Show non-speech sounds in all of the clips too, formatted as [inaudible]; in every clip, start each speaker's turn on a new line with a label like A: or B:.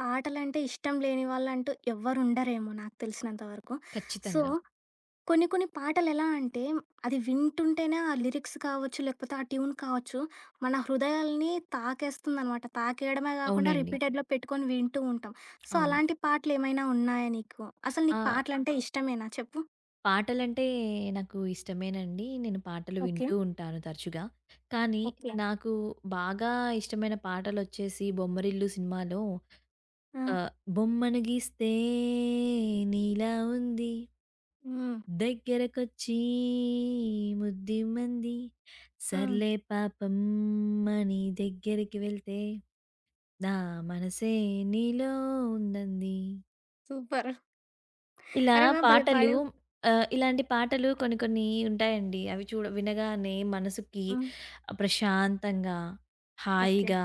A: పాటలంటే ఇష్టం లేని వాళ్ళంటూ ఎవ్వరుండరేమో నాకు తెలిసినంత వరకు. సో,
B: ఖచ్చితంగా.
A: కొన్ని కొన్ని పాటలెలా అంటే, అది వింటుంటేనే ఆ లిరిక్స్ కావచ్చు, లేకపోతే ఆ ట్యూన్ కావచ్చు, మన హృదయాల్ని తాకేస్తుందనమాట. తాకేయడమే కాకుండా
B: అవునండి.
A: రిపీటెడ్‌లో పెట్టుకొని వింటూ ఉంటాం. సో,
B: అవును.
A: అలాంటి పాటలేమైనా ఉన్నాయా నీకు? అసలు
B: ఆ!
A: నీకు పాటలంటే ఇష్టమేనా చెప్పు?
B: పాటలంటే నాకు ఇష్టమేనండి. నేను పాటలు
A: ఓకే.
B: వింటూ ఉంటాను తరచుగా. కానీ
A: ఓకే.
B: నాకు బాగా ఇష్టమైన పాటలొచ్చేసి 'బొమ్మరిల్లు' సినిమాలో
A: ఆ!
B: ఆహ్, బొమ్మను గీస్తే నీలా ఉంది.
A: హ్మ్.
B: దగ్గరకొచ్చి ముద్దిమ్మంది.
A: హ్మ్.
B: సర్లే పాపం అని దగ్గరికి వెళ్తే నా మనసే నీలో ఉందంది.
A: సూపర్.
B: ఇలా
A: అరె! వాహ్! భలే
B: పాటలు
A: పాడావు.
B: ఇలాంటి పాటలు కొన్ని కొన్ని ఉంటాయండి. అవి చూడ వినగానే మనసుకి
A: హ్మ్.
B: ప్రశాంతంగా,
A: ఓకే.
B: హాయిగా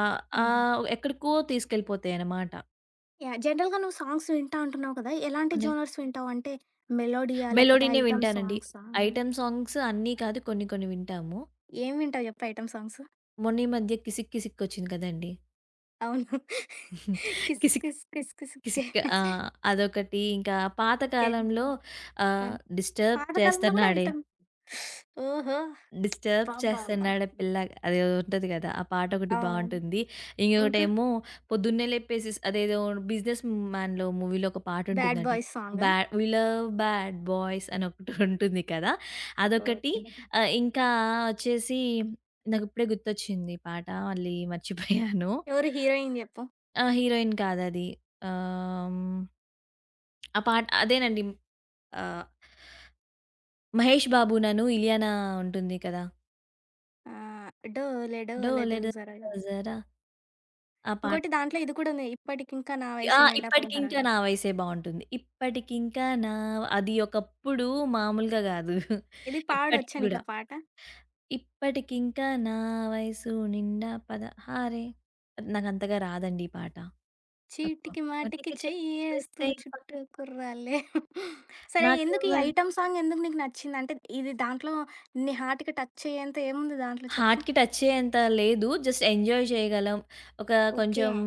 B: ఆహ్,
A: హ్మ్.
B: ఆహ్, ఎక్కడికో తీసుకెళ్ళిపోతాయన్నమాట.
A: యాహ్! జనరల్‌గా నువ్వు సాంగ్స్ వింటా అంటున్నావు కదా! ఎలాంటి
B: అంటే
A: జోనర్స్ వింటావు? అంటే మెలోడీయా? లేకపోతే
B: మెలోడీనే
A: ఐటెమ్
B: వింటానండి.
A: సాంగ్సా?
B: ఐటెమ్ సాంగ్స్ అన్నీ కాదు కొన్ని కొన్ని వింటాము.
A: ఏం వింటావు చెప్పు ఐటెమ్ సాంగ్స్?
B: మొన్న ఈ మధ్య 'కిసిక్ కిసిక్' వచ్చింది కదండీ.
A: అవును. [laughs] 'కిస్
B: 'కిసిక్
A: కిస్ కిస్ కిస్ కే'.
B: కిసిక్' అదొకటి ఇంకా పాత
A: ఓకే.
B: కాలంలో
A: ఆ!
B: ఆహ్, 'డిస్టర్బ్
A: పాతకాలంలో గూడా
B: చేస్తన్నాడే.'
A: ఐటెమ్. ఓహో!
B: డిస్టర్బ్
A: అబ్బబ్బబ్బా!
B: చేస్తున్నాడే పిల్ల అదేదో ఉంటది కదా! ఆ పాటొకటి
A: అవునవును.
B: బావుంటుంది.
A: ఇంకా
B: ఇంకొకటేమో పొద్దున్నే లేపేసి అదేదో 'బిజినెస్ మ్యాన్‌లో' మూవీలో ఒక
A: 'బ్యాడ్
B: పాటుంటుందండి.
A: బాయ్స్' సాంగా?
B: 'వి లవ్ బ్యాడ్ బాయ్స్' అని ఒకటి ఉంటుంది కదా! అదొకటి
A: ఓకే.
B: ఇంకా వచ్చేసి నాకిప్పుడే గుర్తొచ్చింది ఈ పాట. మళ్ళీ మర్చిపోయాను.
A: ఎవరు హీరోయిన్ చెప్పు?
B: హీరోయిన్ కాదది. ఆహ్, హ్మ్. ఆ పాట అదేనండి. ఆహ్, 'మహేష్ బాబు నను ఇలియానా' ఉంటుంది కదా!
A: ఆహ్, 'డోలే డోలే
B: 'డోలే
A: దిల్ జరా'.
B: డోల జరా' ఆ పాట.
A: ఇంకోటి దాంట్లో ఇది కూడా ఉంది. ఇప్పటికింకా నా వయసు నిండా పదహారా.
B: ఇప్పటికింకా నా వయసే బావుంటుంది. ఇప్పటికింకా నా అది ఒకప్పుడు మామూలుగా గాదు.
A: ఇది
B: ఇప్పటికి
A: పాడొచ్చా
B: గూడా.
A: నీకా పాట?
B: ఇప్పటికింకా నా వయసు నిండా 16ే నాకంతగా రాదండి ఈ పాట. తక్కువ.
A: చీటికి మాటికి
B: వాటికి
A: చెయ్యేస్తూ
B: చేస్తే
A: చుట్టూ కుర్రాళ్ళే. సరే ఎందుకు ఈ
B: నాకెవ్వరు
A: ఐటెమ్ సాంగ్ ఎందుకు నీకు నచ్చింది? అంటే ఇది దాంట్లో నీ హార్ట్‌కి టచ్ చేయేంత ఏముంది దాంట్లో చెప్పు?
B: హార్ట్‌కి టచ్ చేయేంత లేదు. జస్ట్ ఎంజాయ్ చేయగలం. ఒక
A: ఓకే.
B: కొంచెం
A: ఆ!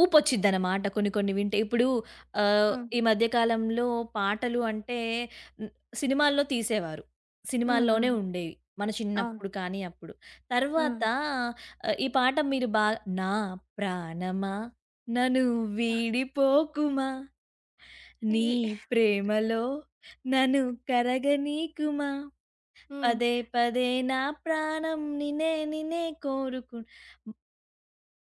B: ఊపొచ్చిద్దనమాట కొన్ని కొన్ని వింటే. ఇప్పుడు
A: హ్మ్.
B: ఈ మధ్య కాలంలో పాటలు అంటే హ్మ్, సినిమాల్లో తీసేవారు.
A: హ్మ్.
B: సినిమాల్లోనే ఉండేవి. మన
A: అవును.
B: చిన్నప్పుడు కానీ అప్పుడు.
A: హ్మ్.
B: తర్వాత ఈ పాట మీరు బా నా ప్రాణమా నను వీడిపోకుమా నీ
A: ఈ.
B: ప్రేమలో నను కరగనీకుమా
A: హ్మ్.
B: పదే పదే నా ప్రాణం నినే నినే కోరుకు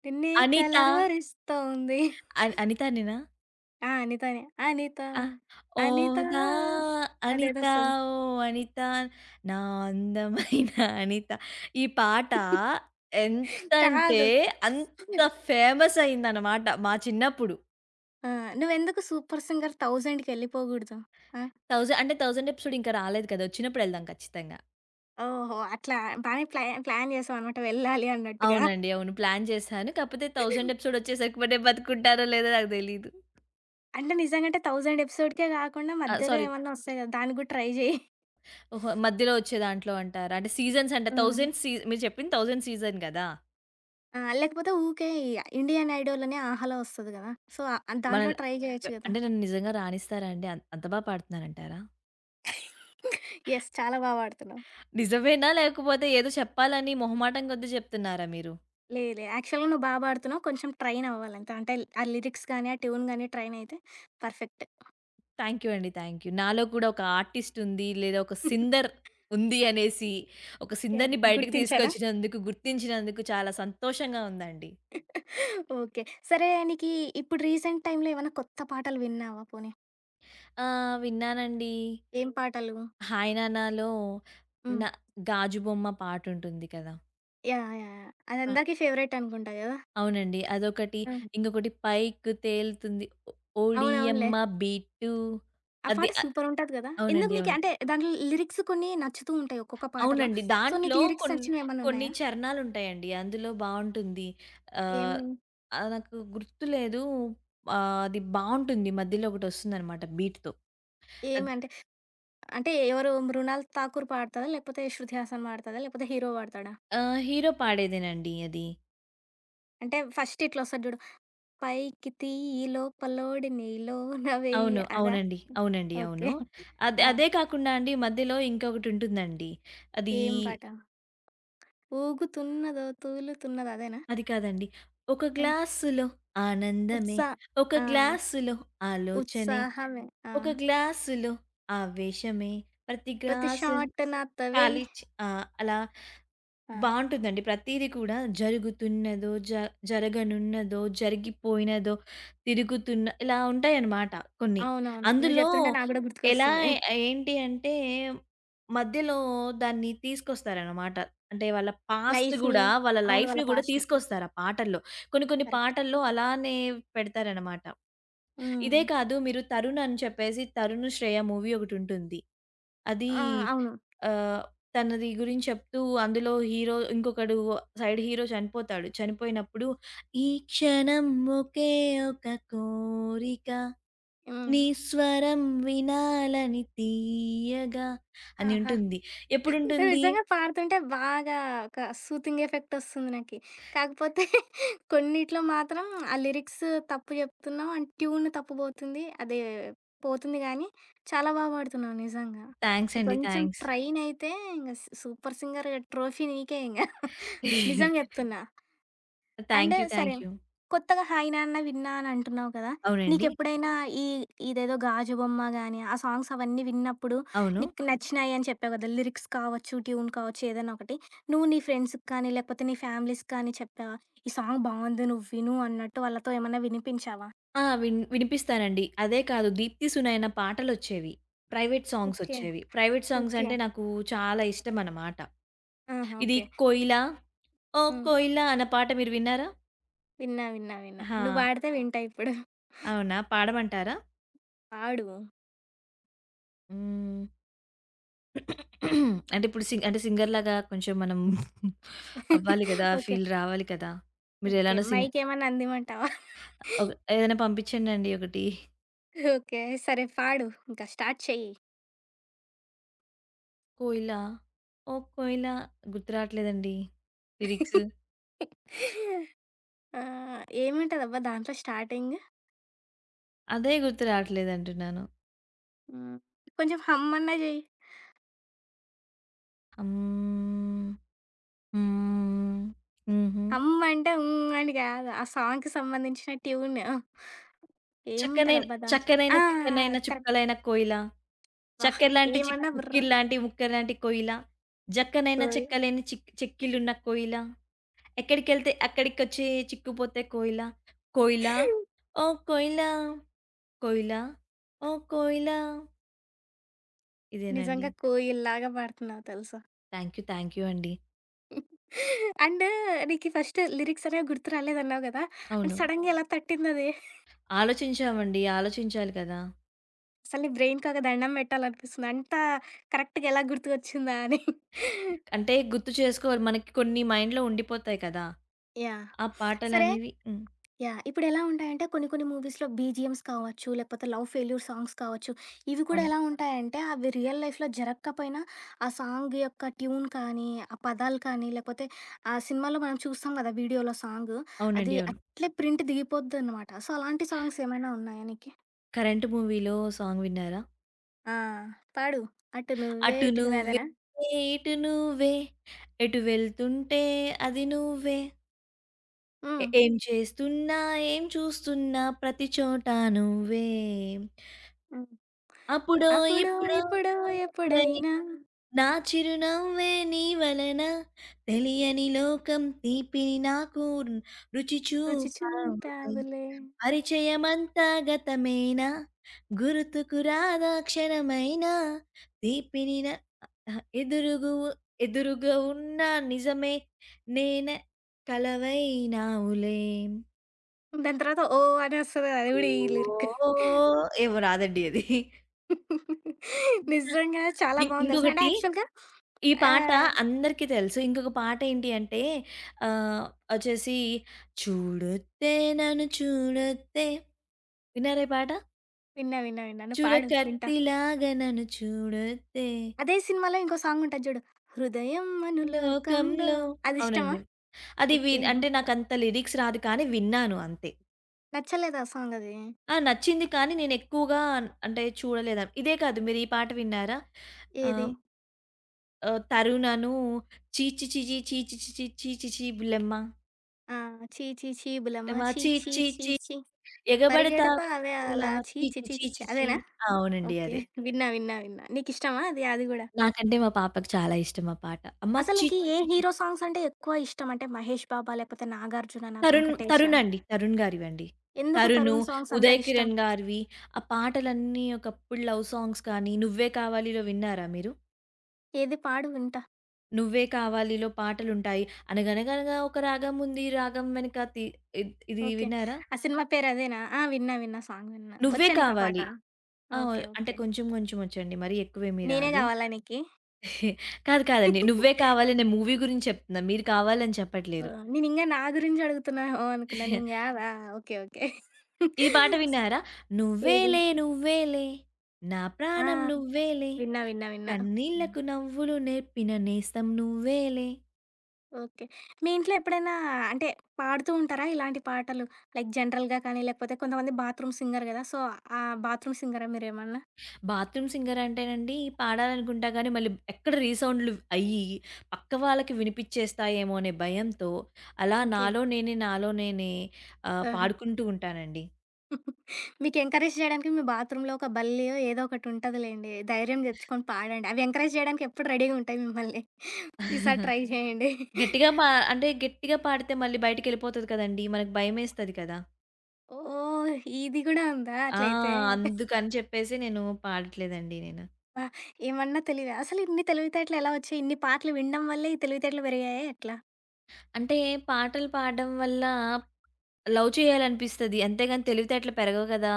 A: నిన్నే
B: అనిత
A: కలవరిస్తోంది.
B: అనిత నేనా?
A: ఆ! అనితనే. అనిత,
B: ఆ! ఓ
A: అనిత
B: నా అనిత
A: అదేదోస్తది.
B: ఓ అనిత నా అందమైన [laughs] అనిత. ఈ పాట ఎంతంటే
A: కాదు.
B: అంత ఫేమస్ అయిందనమాట మా చిన్నప్పుడు.
A: ఆ! నువ్వెందుకు సూపర్ సింగర్ 1000కి ఎళ్ళిపోగూడదు? ఆ!
B: అంటే 1000 ఎపిసోడ్ ఇంకా రాలేదు కదా! వచ్చినప్పుడు ఎళ్దాం ఖచ్చితంగా.
A: ఓహో! అట్లా బానే ప్లా ప్లాన్ చేసావనమాట వెళ్ళాలి అన్నట్టుగా.
B: అవునండి. అవును. ప్లాన్ చేశాను. కాకపోతే 1000 ఎపిసోడ్ వచ్చేసరికి మరే బతుకుంటారో లేదో నాకు తెలీదు.
A: అంటే నిజంగంటే 1000 ఎపిసోడ్‌కే కాకుండా మధ్యలో
B: సారీ.
A: ఏమన్నా వస్తాయి కదా! దానికి కూడా ట్రై చేయి.
B: ఓహో! మధ్యలో వచ్చే దాంట్లో అంటారా? అంటే సీజన్స్ అంట
A: హ్మ్.
B: 1000 సీ మీరు చెప్పింది 1000 సీజన్ కదా!
A: ఆ! లేకపోతే ఊకే ఈ 'ఇండియన్ ఐడోల్' అని 'ఆహాలో' వస్తది కదా! సో, దాంట్లో
B: మనల్
A: ట్రై
B: వ
A: చేయొచ్చు కదా!
B: అంటే నన్ను నిజంగా రాణిస్తారా అండి? అంత బా పాడుతున్నానంటారా?
A: యెస్. చాలా బా పాడుతున్నావు.
B: నిజమేనా? లేకపోతే ఏదో చెప్పాలని మొహమాటం కొద్దీ చెప్తున్నారా మీరు?
A: లే లే. యాక్చువల్‌గా నువ్వు బా పాడుతున్నావు. కొంచెం ట్రైన్ అవ్వాలంతే. అంటే ఆ లిరిక్స్ గానీ, ఆ ట్యూన్ గానీ ట్రైన్ అయితే పర్ఫెక్ట్.
B: థ్యాంక్ యూ అండి. Thank you. నాలో కూడా ఒక ఆర్టిస్ట్ ఉంది, లేదా ఒక సిందర్ ఉంది అనేసి, ఒక
A: యాహ్!
B: సిందర్‌ని బయటకి
A: గుర్తించానా?
B: తీసుకొచ్చినందుకు, గుర్తించినందుకు చాలా సంతోషంగా ఉందండి.
A: ఓకే. సరే నీకీ ఇప్పుడు రీసెంట్ టైమ్‌లో ఏమన్నా కొత్త పాటలు విన్నావా పోనీ?
B: ఆ! విన్నానండి.
A: ఏం పాటలు?
B: 'హాయ్ నానాలో'
A: హ్మ్.
B: న 'గాజు బొమ్మ' పాటుంటుంది కదా!
A: యాహ్! యాహ్! యాహ్! అదందరికీ ఫేవరెట్ అనుకుంటా గదా!
B: అవునండి. అదొకటి.
A: అవును.
B: ఇంకొకటి 'పైకి తేలుతుంది ఓ-
A: అవునవునులే.
B: ఓడియమ్మ బీటు'
A: ఆ
B: అది
A: పాట
B: అ
A: సూపరుంటది గదా! ఎందుకు
B: అవునండి.
A: నీకు
B: అవును.
A: అంటే దాంట్లో లిరిక్స్ కొన్ని నచ్చుతూ ఉంటాయి ఒక్కొక్క పాటలో.
B: అవునండి.
A: సో,
B: దాంట్లో
A: నీకు లిరిక్స్
B: కొన్ని
A: నచ్చినవేమన్నా
B: కొన్ని
A: ఉన్నాయా?
B: చరణాలుంటాయండి. అందులో బావుంటుంది. ఆహ్,
A: ఏమి
B: ఆహ్, నాకు గుర్తులేదు. అది బావుంటుంది. మధ్యలో ఒకటొస్తుందనమాట బీట్‌తో. అద్
A: ఏమంటే అంటే అంటే ఎవరు మృణాల్ ఠాకూర్ పాడతదా? లేకపోతే శృతి హాసన్ పాడతదా? లేకపోతే హీరో పాడతాడా?
B: హీరో పాడేదేనండి అది.
A: అంటే ఫస్ట్ ఇట్లొస్తది జూడు. పైకి తీయి లోపలోడి నీలోన వెయ్యి
B: అవును.
A: అదా?
B: అవునండి.
A: హ్మ్.
B: అవునండి.
A: హ్మ్. ఓకే.
B: అవును.
A: ఆ!
B: అదే కాకుండా అండి మధ్యలో ఇంకొకటుంటుందండి. అది
A: ఏం పాట? ఊగుతున్నదో తూలుతున్నదో అదేనా?
B: అది కాదండి. ఒక
A: ఆ!
B: గ్లాసులో ఆనందమే,
A: ఉత్సా
B: ఒక
A: ఆ!
B: గ్లాసులో ఆలోచనే,
A: ఉత్సాహమే. ఆ!
B: ఒక గ్లాసులో ఆవేశమే, ప్రతి
A: ప్రతి
B: గ్లాసు
A: షాట్ నాతవై.
B: కాలిచి అలా
A: ఆ!
B: బావుంటుందండి. ప్రతీది కూడా జరుగుతున్నదో, జరగనున్నదో, జరిగిపోయినదో, తిరుగుతున్న ఇలా ఉంటాయన్నమాట కొన్ని.
A: అవునవును. నువ్వు
B: అందులో
A: చెప్తుంటే నాకు గూడా
B: ఎలా
A: గుర్తుకొస్తుంది.
B: ఏంటి అంటే మధ్యలో దాన్ని తీసుకొస్తారన్నమాట. అంటే వాళ్ళ పాస్ట్
A: లైఫ్‌ని
B: గూడా వాళ్ళ
A: అవును. వాళ్ళ
B: లైఫ్‌ని గూడా
A: పాస్ట్‌ని.
B: తీసుకొస్తారు ఆ పాటల్లో. కొన్ని కొన్ని
A: కరెక్ట్.
B: పాటల్లో అలానే పెడతారన్నమాట. ఇదే
A: హ్మ్.
B: కాదు మీరు 'తరుణ్' అని చెప్పేసి 'తరుణ్ శ్రేయ' మూవీ ఒకటుంటుంది. అది
A: ఆ! అవును.
B: ఆహ్, తనది గురించి చెప్తూ అందులో హీరో ఇంకొకడు సైడ్ హీరో చనిపోతాడు. చనిపోయినప్పుడు ఈ క్షణం ఒకే ఒక కోరిక
A: హ్మ్.
B: నీ స్వరం వినాలని తీయగా అని
A: ఆహా!
B: ఉంటుంది.
A: నేను
B: ఎప్పుడుంటుంది?
A: నిజంగా పాడుతుంటే బాగా ఒక సూతింగ్ ఎఫెక్ట్ ఒస్తుంది నాకి. కాకపోతే [laughs] కొన్నిట్లో మాత్రం ఆ లిరిక్స్ తప్పు జెప్తున్నావు అండ్ ట్యూన్ తప్పు బోతుంది. అదే పోతుంది గానీ, చాలా బా పాడుతున్నావు నిజంగా.
B: థాంక్స్
A: నువ్వు
B: అండి.
A: కొంచెం
B: థాంక్స్.
A: ట్రైన్ అయితే ఇంగ స్ సూపర్ సింగర్ ట్రోఫీ నీకే ఇంగ.
B: థాంక్
A: [laughs] నిజం
B: [laughs]
A: జెప్తున్నా.
B: యూ.
A: అండ్ సరే.
B: Thank you.
A: కొత్తగా 'హాయ్ నాన్న విన్నా' అని అంటున్నావు కదా!
B: అవునండి.
A: నీకెప్పుడైనా ఈ ఇదేదో 'గాజు బొమ్మ' గాని, ఆ సాంగ్స్ అవన్నీ విన్నప్పుడు
B: అవును.
A: నీకు నచ్చినాయి అని చెప్పావు కదా! లిరిక్స్ కావచ్చు, ట్యూన్ కావచ్చు ఏదైనా ఒకటి. నువ్వు నీ ఫ్రెండ్స్‌కి కానీ, లేకపోతే నీ ఫ్యామిలీస్‌కి కానీ చెప్పావా? ఈ సాంగ్ బావుంది నువ్వు విను అన్నట్టు వాళ్ళతో ఏమన్నా వినిపించావా?
B: ఆ! విన్ వినిపిస్తానండి. అదే కాదు 'దీప్తి సునయన' పాటలొచ్చేవి. Private
A: okay.
B: సాంగ్సొచ్చేవి. Private songs
A: okay.
B: అంటే నాకు చాలా ఇష్టమనమాట.
A: ఆహా!
B: ఇది
A: ఓకే.
B: 'కోయిలా ఓ
A: హ్మ్.
B: కోయిలా' అన్న పాట మీరు విన్నారా?
A: విన్నా, విన్నా, విన్నా.
B: ఆహా!
A: నువ్వు పాడితే వింటా ఇప్పుడు.
B: అవునా? పాడమంటారా?
A: పాడు.
B: హ్మ్. [clears throat] అంటే ఇప్పుడు సింగ్ అంటే సింగర్ లాగా కొంచెం మనం అవ్వాలి
A: [laughs]
B: కదా!
A: ఓకే.
B: ఫీల్ రావాలి కదా!
A: ఓకే.
B: మీరెలానో సింగ్
A: మైక్ ఏమన్నా అందిమంటావా?
B: ఒక
A: [laughs]
B: ఏదైనా పంపించండండి ఒకటి.
A: ఓకే. సరే పాడు. ఇంకా స్టార్ట్ చెయ్యి.
B: 'కోయిలా ఓ కోయిలా' గుర్తు రావట్లేదండి లిరిక్స్.
A: ఆ! ఏముంటదబ్బా దాంట్లో స్టార్టింగ్?
B: అదే గుర్తు రావట్లేదు అంటున్నాను.
A: హ్మ్. కొంచెం హమ్ అన్నా జెయ్యి.
B: హ్మ్. హ్మ్. హుహు.
A: హమ్ అంటే హ్మ్ అని గాదు. ఆ సాంగ్‌కి సంబంధించిన ట్యూన్.
B: చక్కనైన
A: ఏముంటదబ్బా దాంట్లో?
B: చక్కనైన,
A: ఆ!
B: చిక్కనైన,
A: కరెక్ట్.
B: చుక్కలైన కోయిల.
A: వాహ్!
B: చక్కెరలాంటి
A: ఏమన్నా బుర్ర
B: ఉక్కిరిలాంటి, ముక్కెరలాంటి కోయిల. జక్కనైన
A: కోయి
B: చెక్కలేని చెక్కిళ్ళున్న కోయిల. ఎక్కడికెళ్తే అక్కడికొచ్చి చిక్కుపోతే కోయిల. కోయిల ఓ కోయిల, కోయిల ఓ కోయిల. ఇదేనండి.
A: నిజంగా కోయిల్లాగా పాడుతున్నావు తెలుసా?
B: Thank you. థాంక్ యూ అండి.
A: అండ్ నీకి ఫస్ట్ లిరిక్స్ అనేవి గుర్తు రాలేదన్నావు గదా! అండ్
B: అవును.
A: సడెన్‌గా ఎలా తట్టిందది?
B: ఆలోచించామండి. ఆలోచించాలి కదా!
A: అసలు నీ బ్రెయిన్‌కి ఒక దండం పెట్టాలనిపిస్తుంది. అంత కరెక్ట్‌గా ఎలా గుర్తుకొచ్చిందా అని?
B: అంటే గుర్తు చేసుకోవాలి. మనకి కొన్ని మైండ్‌లో ఉండిపోతాయి కదా!
A: యాహ్!
B: ఆ
A: సరే.
B: పాటలనేవి
A: యాహ్! ఇప్పుడెలా ఉంటాయంటే కొన్ని కొన్ని మూవీస్‌లో బీజీఎమ్స్ కావచ్చు, లేకపోతే లవ్ ఫెయిల్యూర్ సాంగ్స్ కావచ్చు, ఇవి కూడా
B: అవును.
A: ఎలా ఉంటాయంటే అవి రియల్ లైఫ్‌లో జరగకపోయినా ఆ సాంగ్ యొక్క ట్యూన్ కానీ, ఆ పదాలు కానీ, లేకపోతే ఆ సినిమాలో మనం చూస్తాం కదా! వీడియోలో సాంగ్
B: అవునండి.
A: అది
B: అవును.
A: అట్లే ప్రింట్ దిగిపోద్దనమాట. సో, అలాంటి సాంగ్స్ ఏమైనా ఉన్నాయా నీకి?
B: 'కరెంట్' మూవీలో సాంగ్ విన్నారా?
A: ఆ! పాడు. అటు నువ్వే
B: అటు
A: ఇటు నువ్వే
B: నువ్వే
A: అదేనా?
B: ఇటు నువ్వే ఎటు వెళ్తుంటే అది నువ్వే.
A: హ్మ్.
B: ఏం చేస్తున్నా ఏం చూస్తున్నా ప్రతి చోట నువ్వే.
A: హ్మ్.
B: అప్పుడో
A: అప్పుడో,
B: ఇప్పుడో
A: ఇప్పుడో,
B: ఎప్పుడై
A: ఎప్పుడైనా
B: నా చిరునవ్వే నీ వలన తెలియని లోకం తీపిని నాకు రుచి
A: రుచి
B: చూపావుకై.
A: చూపావులే.
B: పరిచయమంతా గతమేనా గుర్తుకు రాదా క్షణమైనా తీపిని నా- ఎదురుగు ఎదురుగా ఉన్న నిజమే నేన కలవైనావులే
A: దాని తర్వాత ఓ అనొస్తది అది గూడా ఈ లిరిక్.
B: ఓహ్! ఏమో రాదండి అది.
A: నిజంగా చాలా బావుంది తెలుసా! అంటే
B: ఇంకొకటి
A: యాక్చువల్‌గా
B: ఈ పాట
A: ఆహ్,
B: అందరికీ తెలుసు. ఇంకొక పాటేంటి అంటే ఆహ్, వచ్చేసి చూడొత్తే నన్ను చూడొత్తే విన్నారా ఈ పాట?
A: విన్నా, విన్నా, విన్నా. నువ్వు
B: చూడ
A: పాడు వింటా.
B: కత్తిలాగా నన్ను చూడొత్తే
A: అదే సినిమాలో ఇంకో సాంగ్ ఉంటది జూడు. 'హృదయం అను లోకంలో'
B: లోకంలో
A: అది ఇష్టమా?
B: అవునండి. అది వి
A: ఓకే.
B: అంటే నాకంత లిరిక్స్ రాదు కానీ విన్నాను అంతే.
A: నచ్చలేదా సాంగ్ అది?
B: నచ్చింది కానీ నేనెక్కువగా అంటే చూడలేదు. ఇదే కాదు మీరు ఈ పాట విన్నారా?
A: ఏది?
B: ఆహ్, ఆహ్, 'తరుణను' చీచి చీచి చీచి చీచి చీచి చీ బుల్లెమ్మ.
A: ఆ! ఛీ ఛీ ఛీ బులమ్మ
B: బుల్లెమ్మ
A: ఛీ
B: చీ
A: ఛీ
B: చీ
A: ఛీ
B: చీ
A: ఛీ
B: ఎగబడతా
A: పరిగెడతావే
B: ఇలా
A: అలా ఛీ
B: ఛీ
A: ఛీ
B: ఛీ
A: ఛీ
B: ఛీ
A: ఛీ ఛీ
B: ఛీ ఛీ.
A: అదేనా?
B: అవునండి.
A: ఓకే.
B: అదే.
A: విన్నా, విన్నా, విన్నా. నీకిష్టమా అది? అది గూడా?
B: నాకంటే మా పాపకి చాలా ఇష్టం ఆ పాట. అమ్మ
A: అసలు
B: ఛీ
A: నీకి
B: ఛీ
A: ఏ
B: ఛీ ఛీ.
A: హీరో సాంగ్స్ అంటే ఎక్కువ ఇష్టం? అంటే 'మహేష్ బాబా' లేకపోతే 'నాగార్జుననా',
B: తరుణ్, తరుణ్
A: 'వెంకటేషా'?
B: అండి. తరుణ్ గారివండి.
A: ఎందుకు
B: తరుణు,
A: 'తరుణ్' సాంగ్స్ అంత
B: ఉదయ్
A: ఇష్టం?
B: కిరణ్ గారివి ఆ పాటలన్నీ ఒకప్పుడు లవ్ సాంగ్స్ కానీ 'నువ్వే కావాలిలో' విన్నారా మీరు?
A: ఏది పాడు వింటా.
B: 'నువ్వే కావాలిలో' పాటలుంటాయి. 'అనగనగనగా ఒక రాగం ఉంది రాగం వెనక తి' ఇది
A: ఓకే.
B: విన్నారా?
A: ఆ సినిమా పేరు అదేనా? ఆ! విన్నా, విన్నా. సాంగ్ విన్నా.
B: 'నువ్వే
A: వచ్చా నీకా పాట?
B: కావాలి' ఆ!
A: ఓకే.
B: అంటే
A: ఓకే.
B: కొంచెం కొంచెం వచ్చండి. మరీ ఎక్కువేమీ
A: నేనే
B: రాదు.
A: కావాలా నీకి?
B: కాదు కాదండి. నువ్వే కావాలి అనే మూవీ గురించి చెప్తున్నా. మీరు కావాలని
A: ఆ!
B: చెప్పట్లేదు.
A: నేనింగా నా గురించి అడుగుతున్నావేమో అనుకున్నా. నేను కాదా? ఓకే. ఓకే.
B: ఈ పాట విన్నారా?
A: ఏది?
B: నువ్వేలే నువ్వేలే నా
A: ఆ!
B: ప్రాణం నువ్వేలే
A: విన్నా, విన్నా, విన్నా.
B: కన్నీళ్లకు నవ్వులు నేర్పిన నేస్తం నువ్వేలే.
A: ఓకే. మీ ఇంట్లో ఎప్పుడైనా అంటే పాడుతూ ఉంటారా ఇలాంటి పాటలు? లైక్ జనరల్‌గా కానీ, లేకపోతే కొంతమంది బాత్రూమ్ సింగర్ గదా! సో, ఆ బాత్రూమ్ సింగరా మీరేమన్నా?
B: బాత్రూమ్ సింగర్ అంటేనండి పాడాలనుకుంటా గానీ మళ్ళీ ఎక్కడ రీసౌండ్‌లు అయ్యి పక్క వాళ్ళకి వినిపించేస్తాయేమో అనే భయంతో అలా
A: ఓకే.
B: నాలో నేనే నాలో నేనే
A: ఆహా!
B: పాడుకుంటూ ఉంటానండి.
A: [laughs] మీకు ఎంకరేజ్ చేయడానికి మీ బాత్రూమ్‌లో ఒక బల్లియో ఏదో ఒకటి ఉంటదిలేండి. ధైర్యం తెచ్చుకొని పాడండి. అవి ఎంకరేజ్ చేయడానికి ఎప్పుడు రెడీగా ఉంటాయి మిమ్మల్ని. ఈసారి
B: [laughs]
A: ట్రై చేయండి.
B: గట్టిగా పా అంటే గట్టిగా పాడితే మళ్ళీ బయటికెళ్ళిపోతది కదండీ! మనకు భయమేస్తది కదా!
A: ఓహ్! ఇది గూడా ఉందా
B: ఆ!
A: అట్లయితే? [laughs]
B: అందుకని చెప్పేసి నేను పాడట్లేదండి నేను.
A: అబ్బా! ఏమన్నా తెలివి అసలు ఇన్ని తెలివితేటలు ఎలా వచ్చాయి? ఇన్ని పాటలు వినడం వల్లే ఈ తెలివితేటలు పెరిగాయా ఎట్లా?
B: అంటే పాటలు పాడడం వల్ల లవ్ చేయాలనిపిస్తది. అంతేగాని తెలివితేటలు పెరగవు కదా!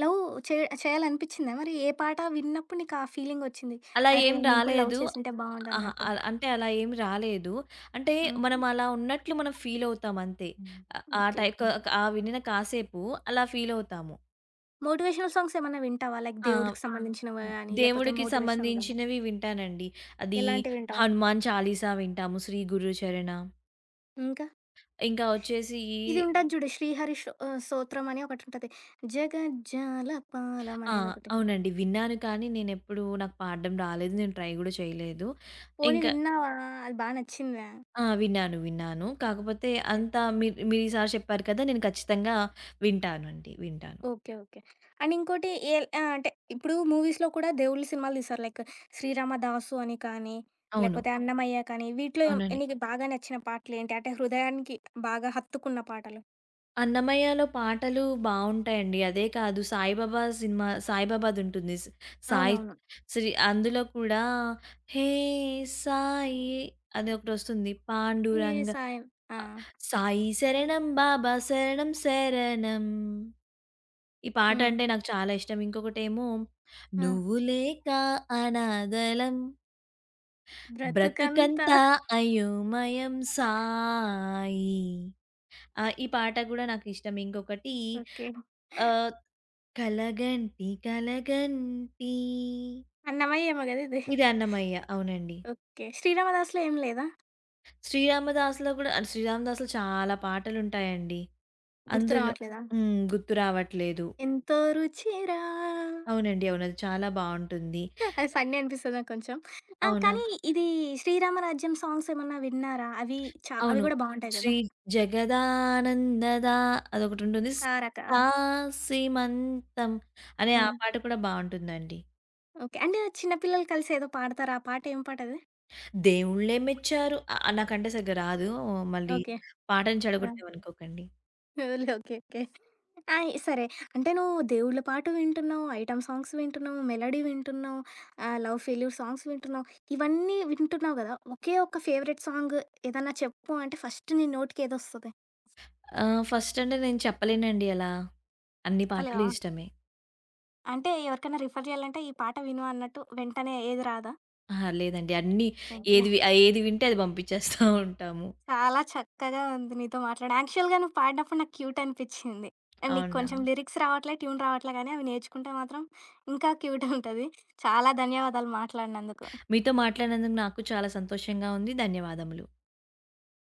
A: లవ్ చే చేయాలనిపిచ్చిందా? మరి ఏ పాట విన్నప్పుడు నీకా ఫీలింగొచ్చింది?
B: అలా
A: అరే!
B: ఏం
A: నేను కూడా లవ్
B: రాలేదు.
A: చేసుంటే
B: అహా!
A: బావుండన్నట్టు.
B: అంటే అలా ఏం రాలేదు. అంటే మనం
A: హ్మ్.
B: అలా ఉన్నట్లు మనం ఫీల్ అవుతాం అంతే.
A: హ్మ్.
B: ఆహ్, ఆ
A: ఓకే.
B: టై క
A: హ్మ్.
B: ఆ వినిన కాసేపు అలా ఫీల్ అవుతాము.
A: మోటివేషనల్ సాంగ్స్ ఏమన్నా వింటావా? లైక్
B: ఆ!
A: దేవుడికి ఆ! సంబంధించినవి గానీ, లేపోతే
B: దేవుడికి
A: మోటివేషనల్ గానీ,
B: సంబంధించినవి వింటానండి. అది
A: ఎలాంటివి వింటావు?
B: హనుమాన్ చాలీసా వింటాము, శ్రీ గురు చరణ.
A: ఇంకా
B: ఇంకా వచ్చేసి
A: ఇది ఉంటది చూడు 'శ్రీహరి షో' స్తోత్రం అని ఒకటుంటది. 'జగజ్జాల పాలం'
B: ఆ!
A: అనేదొకటి.
B: అవునండి. విన్నాను కానీ నేనెప్పుడూ నాకు పాడడం రాలేదు. నేను ట్రై గూడా చేయలేదు.
A: పోనీ
B: ఇంకా
A: విన్నావా? అది బా నచ్చిందా?
B: విన్నాను. విన్నాను. కాకపోతే అంత మీరు మీరీసారి చెప్పారు కదా! నేను ఖచ్చితంగా వింటానండి. వింటాను.
A: ఓకే. ఓకే. అండ్ ఇంకోటి ఎల్ అంటే ఇప్పుడు మూవీస్‌లో కూడా దేవుళ్ళ సినిమాలు తీస్తారు. లైక్ 'శ్రీరామదాసు' అని కానీ,
B: అవును.
A: లేకపోతే 'అన్నమయ్య' కానీ వీటిలో ఏం-
B: అవునండి.
A: నీకు బాగా నచ్చిన పాటలేంటి? అంటే హృదయానికి బాగా హత్తుకున్న పాటలు.
B: 'అన్నమయ్యలో' పాటలు బావుంటాయండి. అదే కాదు సాయిబాబా సినిమా సాయిబాబాదుంటుంది. స్ సాయి
A: అవునవును.
B: శ్రీ అందులో కూడా 'హే సాయి' అదొకటొస్తుంది.
A: ఏ
B: 'పాండురంగ'
A: సాయం. ఆ!
B: ఆహ్, 'సాయి శరణం బాబా శరణం శరణం.' ఈ పాట
A: హ్మ్.
B: అంటే నాకు చాలా ఇష్టం. ఇంకొకటేమో,
A: ఆ!
B: నువ్వు లేక అనాథలం
A: బ్రతుకంతా.
B: బ్రతుకంతా అయోమయం సాయి. ఈ పాట గూడా నాకిష్టం. ఇంకొకటి
A: ఓకే.
B: ఆహ్, కలగంటి కలగంటి
A: 'అన్నమయ్య' ఏమో గదా ఇది.
B: ఇది అన్నమయ్య. అవునండి.
A: ఓకే. 'శ్రీరామదాసు'లో ఏం లేదా?
B: శ్రీరామదాస్‌లో చాలా పాటలుంటాయండి.
A: గుర్తు
B: అందులో
A: రావట్లేదా?
B: గుర్తు రావట్లేదు.
A: ఎంతో రుచిరా.
B: అవునండి. అవును. అది చాలా బావుంటుంది.
A: అది ఫన్నీ అనిపిస్తది నాకు కొంచెం. ఆ!
B: అవునా?
A: కానీ ఇది 'శ్రీరామరాజ్యం' సాంగ్స్ ఏమన్నా విన్నారా? అవి అవి
B: అవును.
A: గూడా బావుంటాయి
B: 'శ్రీ
A: గదా!
B: జగదానందదా' అదొకటుంటుంది.
A: 'కారక.'
B: సీమంతం' అనే ఆ
A: హ్మ్.
B: పాట కూడా బావుంటుందండి.
A: ఓకే. అంటే చిన్న పిల్లలు కలిసి ఏదో పాడతారు. ఆ పాట ఏం పాటది?
B: దేవుళ్ళే మెచ్చారు నాకంటే సరిగ్గా రాదు. మళ్ళీ
A: ఓకే.
B: పాటను
A: ఆ!
B: చెడగొట్టామనుకోకండి.
A: Only okay. ఓకే. ఆ! సరే. అంటే నువ్వు దేవుళ్ళ పాట వింటున్నావు, ఐటెమ్ సాంగ్స్ వింటున్నావు, మెలోడీ వింటున్నావు, లవ్ ఫెయిల్యూర్ సాంగ్స్ వింటున్నావు. ఇవన్నీ వింటున్నావు గదా! ఒకే ఒక్క ఫేవరెట్ సాంగ్ ఏదన్నా చెప్పు అంటే ఫస్ట్ నీ నోటికి ఏదొస్తది?
B: ఫస్ట్ అంటే నేను చెప్పలేనండి అలా. అన్ని పాటలు
A: చెప్పలేవా?
B: ఇష్టమే.
A: అంటే ఎవరికైనా రిఫర్ చేయాలంటే ఈ పాట విను అన్నట్టు వెంటనే ఏది రాదా?
B: అహా! లేదండి. అన్నీ
A: ఓకే.
B: ఏది వింటే అది పంపించేస్తా ఉంటాము.
A: చాలా చక్కగా ఉంది నీతో మాట్లాడి. యాక్చువల్‌గా నువ్వు పాడినప్పుడు నాకు క్యూట్ అనిపిచ్చింది. అండ్ నీకు
B: అవునా!
A: కొంచెం లిరిక్స్ రావట్లే, ట్యూన్ రావట్లే గానీ అవి నేర్చుకుంటే మాత్రం ఇంకా క్యూట్ ఉంటది. చాలా ధన్యవాదాలు మాట్లాడినందుకు.
B: మీతో మాట్లాడినందుకు నాకు చాలా సంతోషంగా ఉంది. ధన్యవాదములు.